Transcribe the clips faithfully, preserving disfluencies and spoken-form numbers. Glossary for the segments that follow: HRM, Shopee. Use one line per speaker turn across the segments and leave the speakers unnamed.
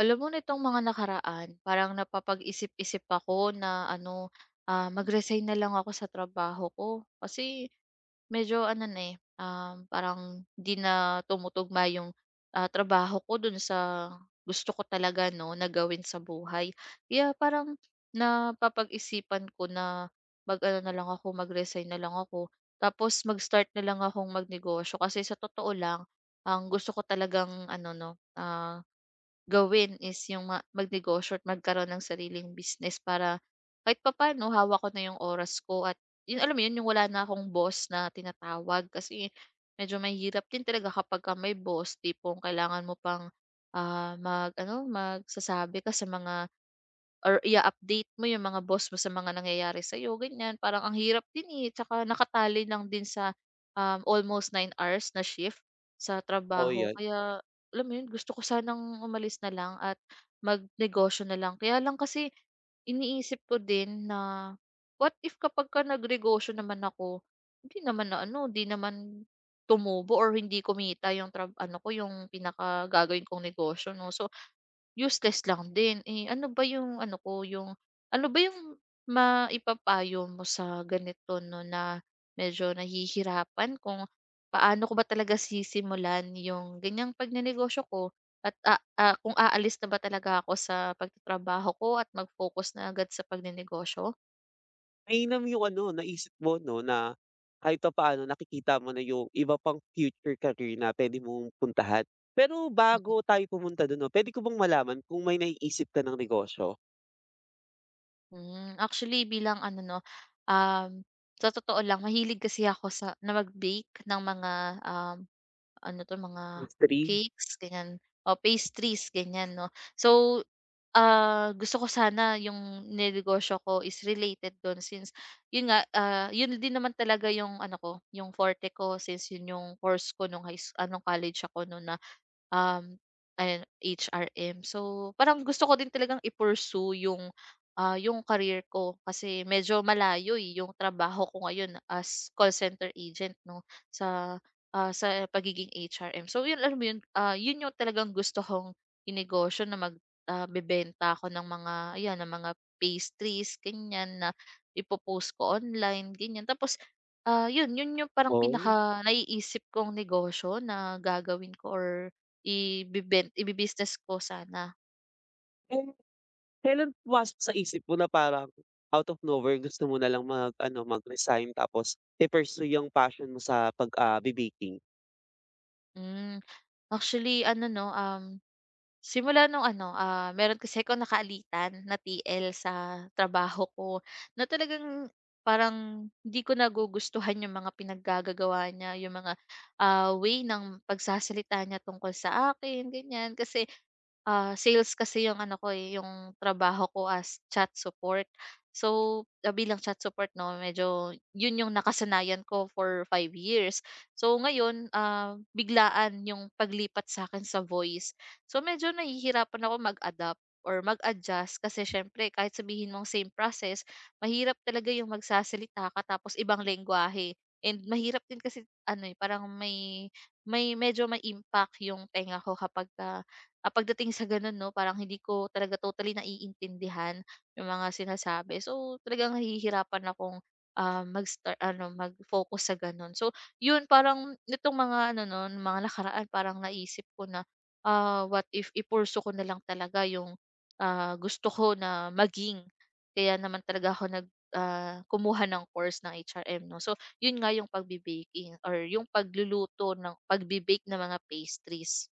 Alam mo nitong mga nakaraan, parang napapag-isip-isip ako na ano, ah, mag-resign na lang ako sa trabaho ko. Kasi medyo ano na, eh, um, parang 'di na tumutugma yung, ah, trabaho ko dun sa gusto ko talaga 'no, na gawin sa buhay. Kaya parang napapag-isipan ko na mag-ano na lang ako, mag-resign na lang ako. Tapos mag-start na lang akong magnegosyo kasi sa totoo lang, ang gusto ko talagang ano 'no, ah, gawin is yung ma magnegosyo at magkaroon ng sariling business para kahit papaano hawak ko na yung oras ko at yun alam mo yun, yung wala na akong boss na tinatawag kasi medyo mahirap din talaga kapagka may boss tipong kailangan mo pang, ah, mag-ano, magsasabi ka sa mga or i update mo yung mga boss mo sa mga nangyayari sa sa'yo, ganyan. Parang ang hirap din, eh, tsaka nakatali lang din sa, um, almost nine hours na shift sa
Oo,
trabaho
'yan.
kaya alam mo yun, gusto ko sanang umalis na lang at magnegosyo na lang. Kaya lang kasi iniisip ko din na, what if kapag ka nagnegosyo naman ako, hindi naman na ano, hindi naman tumubo or hindi kumita yung trab ano ko, yung pinakagagawin kong negosyo 'no. So useless lang din, eh, ano ba yung ano ko, yung ano ba yung maipapayo mo sa ganito 'no, na medyo nahihirapan kung paano ko ba talaga sisimulan yung ganyang pagnenegosyo ko at, ah, ah, kung aalis na ba talaga ako sa pagtatrabaho ko at mag-focus na agad sa pagnenegosyo?
Mainam yung ano, naisip mo 'no, na kahit pa papaano nakikita mo na yung iba pang future career na pwede mong puntahan. Pero bago
Hmm.
tayo pumunta do'n 'no, puwede ko bang malaman kung may naiisip ka ng negosyo?
Hmm, actually bilang ano 'no, um, sa totoo lang mahilig kasi ako sa na mag-bake ng mga, um, ano 'to mga
Industry?
cakes ganyan, o pastries ganyan 'no. So, ah, gusto ko sana yung ninegosyo ko is related dun since yun nga, ah, yun din naman talaga yung ano ko, yung forte ko since yun yung course ko nung high s ah, college ako nun na, Um, ayun, H R M. So, parang gusto ko din talagang i-pursue yung, ah, yung career ko kasi medyo malayo, eh, yung trabaho ko ngayon as call center agent 'no, sa, ah, sa pagiging H R M. So, yun alam mo yun, ah, yun yung talagang gusto kong inegosyo na mag ah, bebenta ako ng mga ayan, ng mga pastries ganyan na ipo ko online, ganyan. Tapos, ah, yun, yun yung parang
Oo.
pinaka naiisip kong negosyo na gagawin ko or ibibent ibibusiness ko sana.
Eh, Kailan pumasok sa isip mo na parang out of nowhere gusto mo na lang mag-ano, mag-resign tapos i-pursue yung passion mo sa pag, ah, baking?
Hmm, actually ano 'no, um, simula nung ano, ah, meron kasi akong nakaalitan na T L sa trabaho ko na talagang parang hindi ko nagugustuhan yung mga pinaggagagawa niya, yung mga, ah, way ng pagsasalita niya tungkol sa akin, ganyan. Kasi ah, sales kasi yung ano ko, eh, yung trabaho ko as chat support. So, ah, bilang chat support 'no, medyo yun yung nakasanayan ko for five years. So ngayon, ah, biglaan yung paglipat sa sa'kin sa voice. So medyo nahihirapan ako mag-adapt or mag-adjust kasi siyempre kahit sabihin mong same process, mahirap talaga yung magsasalita ka tapos ibang lengguwahe and mahirap din kasi ano, eh, parang may may medyo may impact yung tenga ko kapagka ah, pagdating sa gano'n 'no, parang hindi ko talaga totally naiintindihan yung mga sinasabi. So, talagang nahihirapan akong, ah, mag-star ano, mag-focus sa gano'n. So, yun parang nitong mga ano nun, mga nakaraan parang naisip ko na, ah, what if i ko na lang talaga yung, ah, gusto ko na maging. Kaya naman talaga ako nag ah, kumuha ng course ng H R M 'no. So, yun nga yung pagbe-baking or yung pagluluto ng pagbe-bake ng mga pastries.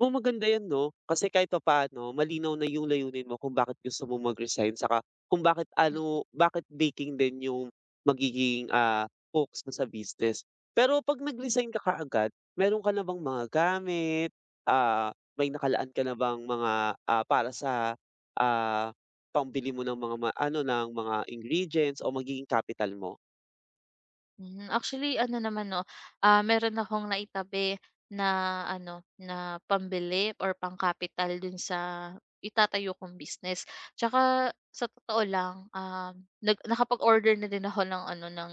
Oo, maganda 'yan 'no, kasi kahit papaano malinaw na yung layunin mo kung bakit gusto mo mag-resign saka kung bakit ano bakit baking din yung magiging, ah, focus mo sa business. Pero 'pag nag-resign ka kaagad, meron ka na bang mga gamit, ah, may nakalaan ka na bang mga, ah, para sa, ah, pambili mo ng mga ma ano, ng mga ingredients o magiging capital mo?
Hmm, actually ano naman 'no, ah, meron akong naitabi na ano, na pambili or pangkapital dun sa itatayo kong business. Tsaka sa totoo lang, um, nag nakapag-order na din ako ng ano, ng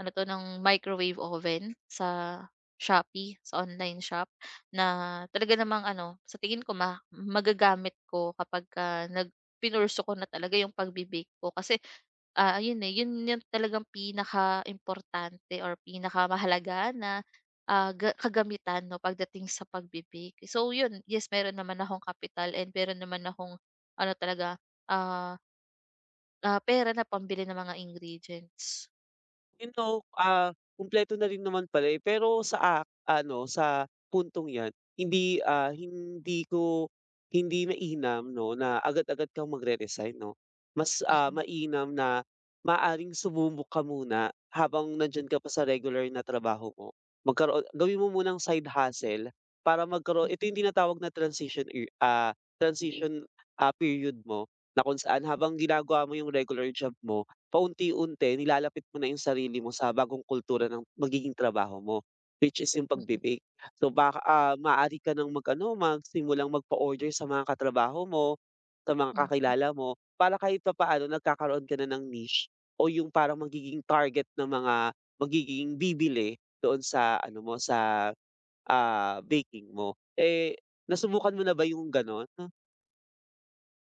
ano 'to, ng microwave oven sa Shopee, sa online shop na talaga namang ano, sa tingin ko ma magagamit ko kapagka nag pinurso ko na talaga yung pagbe ko kasi ah, yun eh, yun yung talagang pinaka pinakaimportante or pinakamahalaga na, ah, ga kagamitan 'no, pagdating sa pagbe-bake. So yun, yes, meron naman akong kapital and meron naman akong ano talaga, ah, ah, pera na pambili ng mga ingredients.
You know, ah, kumpleto na rin naman pala, eh, pero sa ak ano, sa puntong 'yan hindi, ah, hindi ko hindi mainam 'no, na agad-agad kang magre-resign 'no. Mas, ah,
Mm.
mainam na maaring sumubok ka muna habang nandiyan ka pa sa regular na trabaho mo. Magkaroon gawin mo munang side hustle para magkaroon ito yung tinatawag na transition year, ah, transition, ah, period mo na kung saan habang ginagawa mo yung regular job mo, paunti-unti nilalapit mo na yung sarili mo sa bagong kultura ng magiging trabaho mo, which is yung
Mm.
pagbe-bake. So baka, ah, maaari ka ng mag-ano, magsimulang magpa-order sa mga katrabaho mo, sa mga
Mm.
kakilala mo, para kahit papaano nagkakaroon ka na ng niche o yung parang magiging target ng mga magiging bibili doon sa ano mo, sa, ah, baking mo. Eh, Nasubukan
Mm.
mo na ba yung gano'n,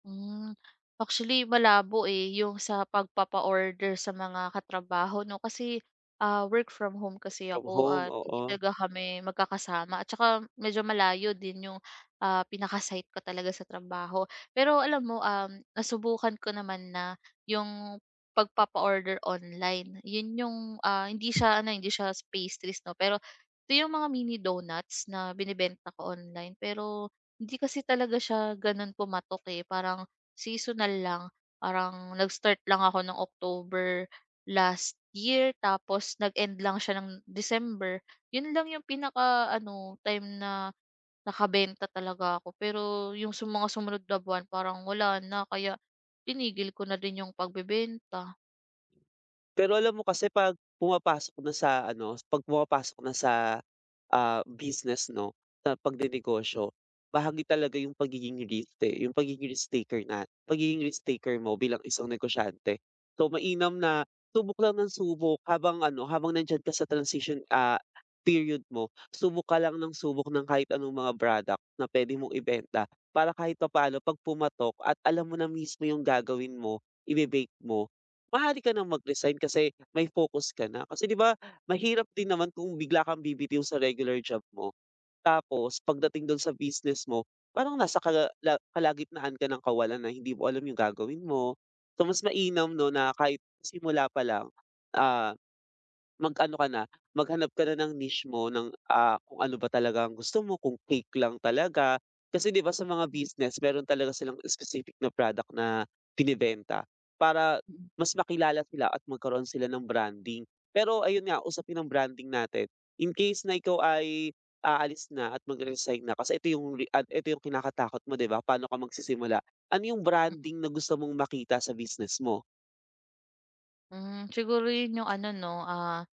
Hmm, actually malabo, eh, yung sa pagpapa-order sa mga katrabaho 'no, kasi, ah, work from home kasi
from
ako
home?
at hindi
Oo.
talaga kami magkakasama at saka medyo malayo din yung, ah, pinaka-site ko talaga sa trabaho. Pero alam mo, um, nasubukan ko naman na yung pagpapa-order online, yun yung, ah, hindi siya ano, hindi siya pastries 'no, pero ito yung mga mini donuts na binibenta ko online pero hindi kasi talaga siya gano'n pumatok, eh, parang seasonal lang. Parang nag-start lang ako ng October last year tapos nag-end lang siya ng December. 'Yun lang yung pinaka-ano, time na nakabenta talaga ako. Pero yung sa mga sumunod na buwan parang wala na kaya tinigil ko na din yung pagbebenta.
Pero alam mo kasi 'pag pumapasok na sa ano, 'pag pumapasok na sa, ah, business 'no, sa pagnenegosyo, bahagi talaga yung pagiging risk, eh, yung pagiging risk taker na pagiging risk taker mo bilang isang negosyante. So, mainam na subok lang ng subok habang ano, habang nandiyan ka sa transition, ah, period mo, subok ka lang ng subok ng kahit anong mga product na pwede mong ibenta para kahit pa paano 'pag pumatok at alam mo na mismo yung gagawin mo, ibe-bake mo, maaari ka nang mag-resign kasi may focus ka na. Kasi 'di ba mahirap din naman kung bigla kang bibitiw sa regular job mo, tapos pagdating dun sa business mo parang nasa kala la kalagitnaan ka ng kawalan na hindi mo alam yung gagawin mo. So mas mainam 'no na kahit simula pa lang, ah Mag-ano ka na, maghanap ka na ng niche mo ng, ah, kung ano ba talaga ang gusto mo, kung cake lang talaga. Kasi 'di ba sa mga business meron talaga silang specific na product na binebenta para
Mm.
mas makilala sila at magkaroon sila ng branding. Pero ayun nga, usapin ang branding natin. In case na ikaw ay aalis na at mag resign na kasi ito yung re at ito yung kinakatakot mo 'di ba, paano ka magsisimula. Ano yung branding na gusto mong makita sa business mo?
Hmm, siguro 'yun yung ano 'no, ah,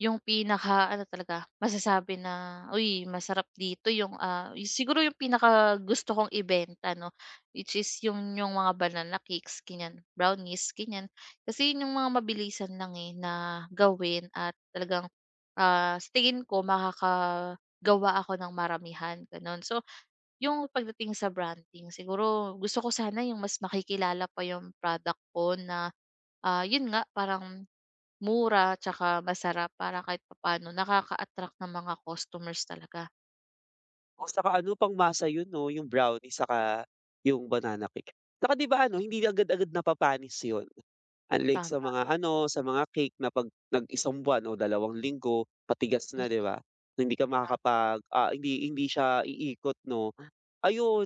yung pinaka pinakaano talaga, masasabi na, "Uy, masarap dito." Yung, ah, y- siguro yung pinaka pinakagusto kong ibenta 'no, which is yung yung mga banana cakes, ganyan, brownies, ganyan. Kasi yun yung mga mabilisan lang, eh, na gawin at talagang, ah, sa tingin ko makakagawa ako ng maramihan, gano'n. So, yung pagdating sa branding, siguro gusto ko sana yung mas makikilala pa yung product ko na ah, yun nga parang mura tsaka masarap para kahit papaano nakaka-attract ng mga customers talaga.
O saka ano, pangmasa yun 'no, yung brownie saka yung banana cake. Saka 'di ba ano,
Mm,
hindi agad-agad napapanis yun. Unlike sa
tama.
mga ano, sa mga cake na 'pag nag-isang buwan o dalawang linggo, patigas na, 'di
Mm,
ba? Hindi ka
tama.
makakapag ah, hindi hindi siya iikot, 'no? Ayun,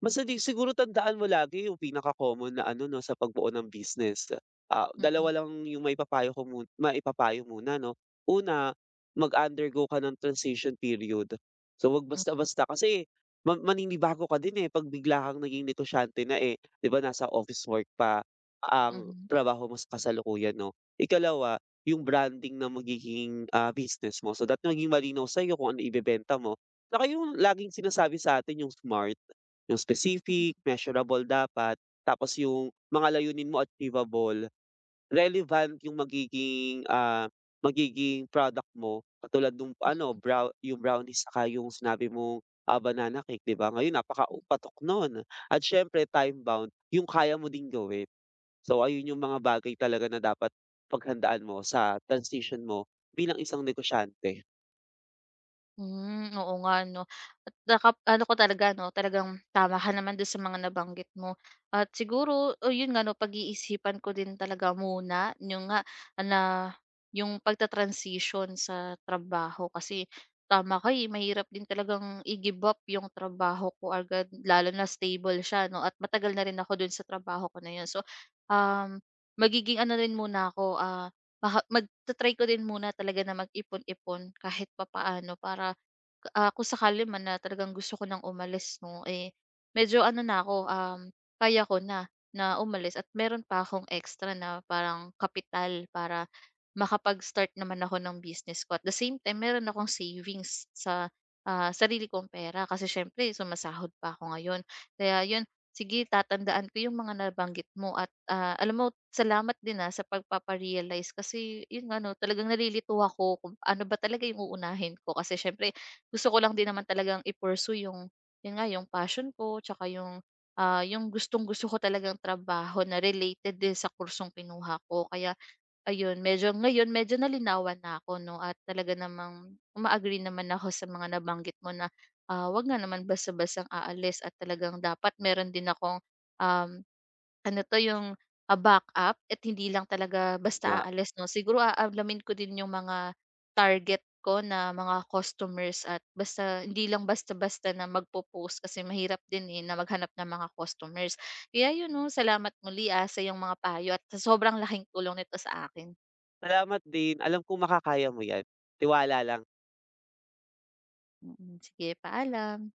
basta di siguro tandaan mo lagi yung pinaka-common na ano, 'no, sa pagbuo ng business. Ah,
Mm.
dalawa lang yung maipapayo ko mun maipapayo muna, 'no? Una, mag-undergo ka ng transition period. So, wag
Mm.
basta-basta kasi ma maninibago ka din, eh, 'pag bigla kang naging negosyante na, eh. 'Di ba, nasa office work pa ang
Mhm.
trabaho mo sa kasalukuyan 'no. Ikalawa, yung branding na magiging, ah, business mo so that maging malinaw sa iyo kung ano ibebenta mo. Tsaka yung laging sinasabi sa atin yung SMART, yung specific, measurable dapat, tapos yung mga layunin mo achievable, relevant yung magiging, ah, magiging product mo katulad nung ano brown, yung brownies saka yung sinabi mong, ah, banana cake 'di ba? Ngayon napaka u patok nun at siyempre time bound, yung kaya mo ding gawin. So, ayun yung mga bagay talaga na dapat paghandaan mo sa transition mo bilang isang negosyante,
Hmm, oo nga 'no, at nakap ano ko talaga 'no, talagang tama ka naman do'n sa mga nabanggit mo. At siguro, o 'yun nga 'no, pag-iisipan ko din talaga muna yung nga na 'yung pagta-transition sa trabaho kasi tama ka, eh, mahirap din talagang i-give up 'yung trabaho ko agad lalo na stable siya 'no, at matagal na rin ako do'n sa trabaho ko na 'yun. So, um, magiging ano rin muna ako, ah baka magta-try ko din muna talaga na mag-ipon-ipon kahit papaano para, ah, kung sakali man na talagang gusto ko ng umalis 'no, eh, medyo ano na ako, um, kaya ko na, na umalis at meron pa akong extra na parang kapital para makapag-start naman ako ng business ko. At the same time meron akong savings sa, ah, sarili kong pera kasi siyempre sumasahod pa ako ngayon. Kaya yun, sige, tatandaan ko yung mga nabanggit mo at, ah, alam mo salamat din, ah, sa pagpapa kasi yun nga 'no, talagang nalilito ako kung ano ba talaga yung uunahin ko kasi siyempre gusto ko lang din naman talagang i-pursue yung yun nga, yung passion ko tsaka yung, ah, yung gustong-gusto ko talagang trabaho na related din sa kursong kinuha ko. Kaya ayun, medyo ngayon medyo nalinawan na ako 'no at talaga namang uma-agree naman ako sa mga nabanggit mo na, ah, wag nga naman basta-bastang aalis at talagang dapat meron din akong, um, ano 'to yung, a backup at hindi lang talaga
oo
basta
nga.
aalis 'no. Siguro aalamin ko din yung mga target ko na mga customers at basta hindi lang basta-basta na magpo-post kasi mahirap din, eh, na maghanap ng mga customers. Kaya yun 'no, salamat muli, ah, sa iyong mga payo at sa sobrang laking tulong nito sa akin.
Salamat din, alam kong makakaya mo yan, tiwala lang.
Mm, sige paalam.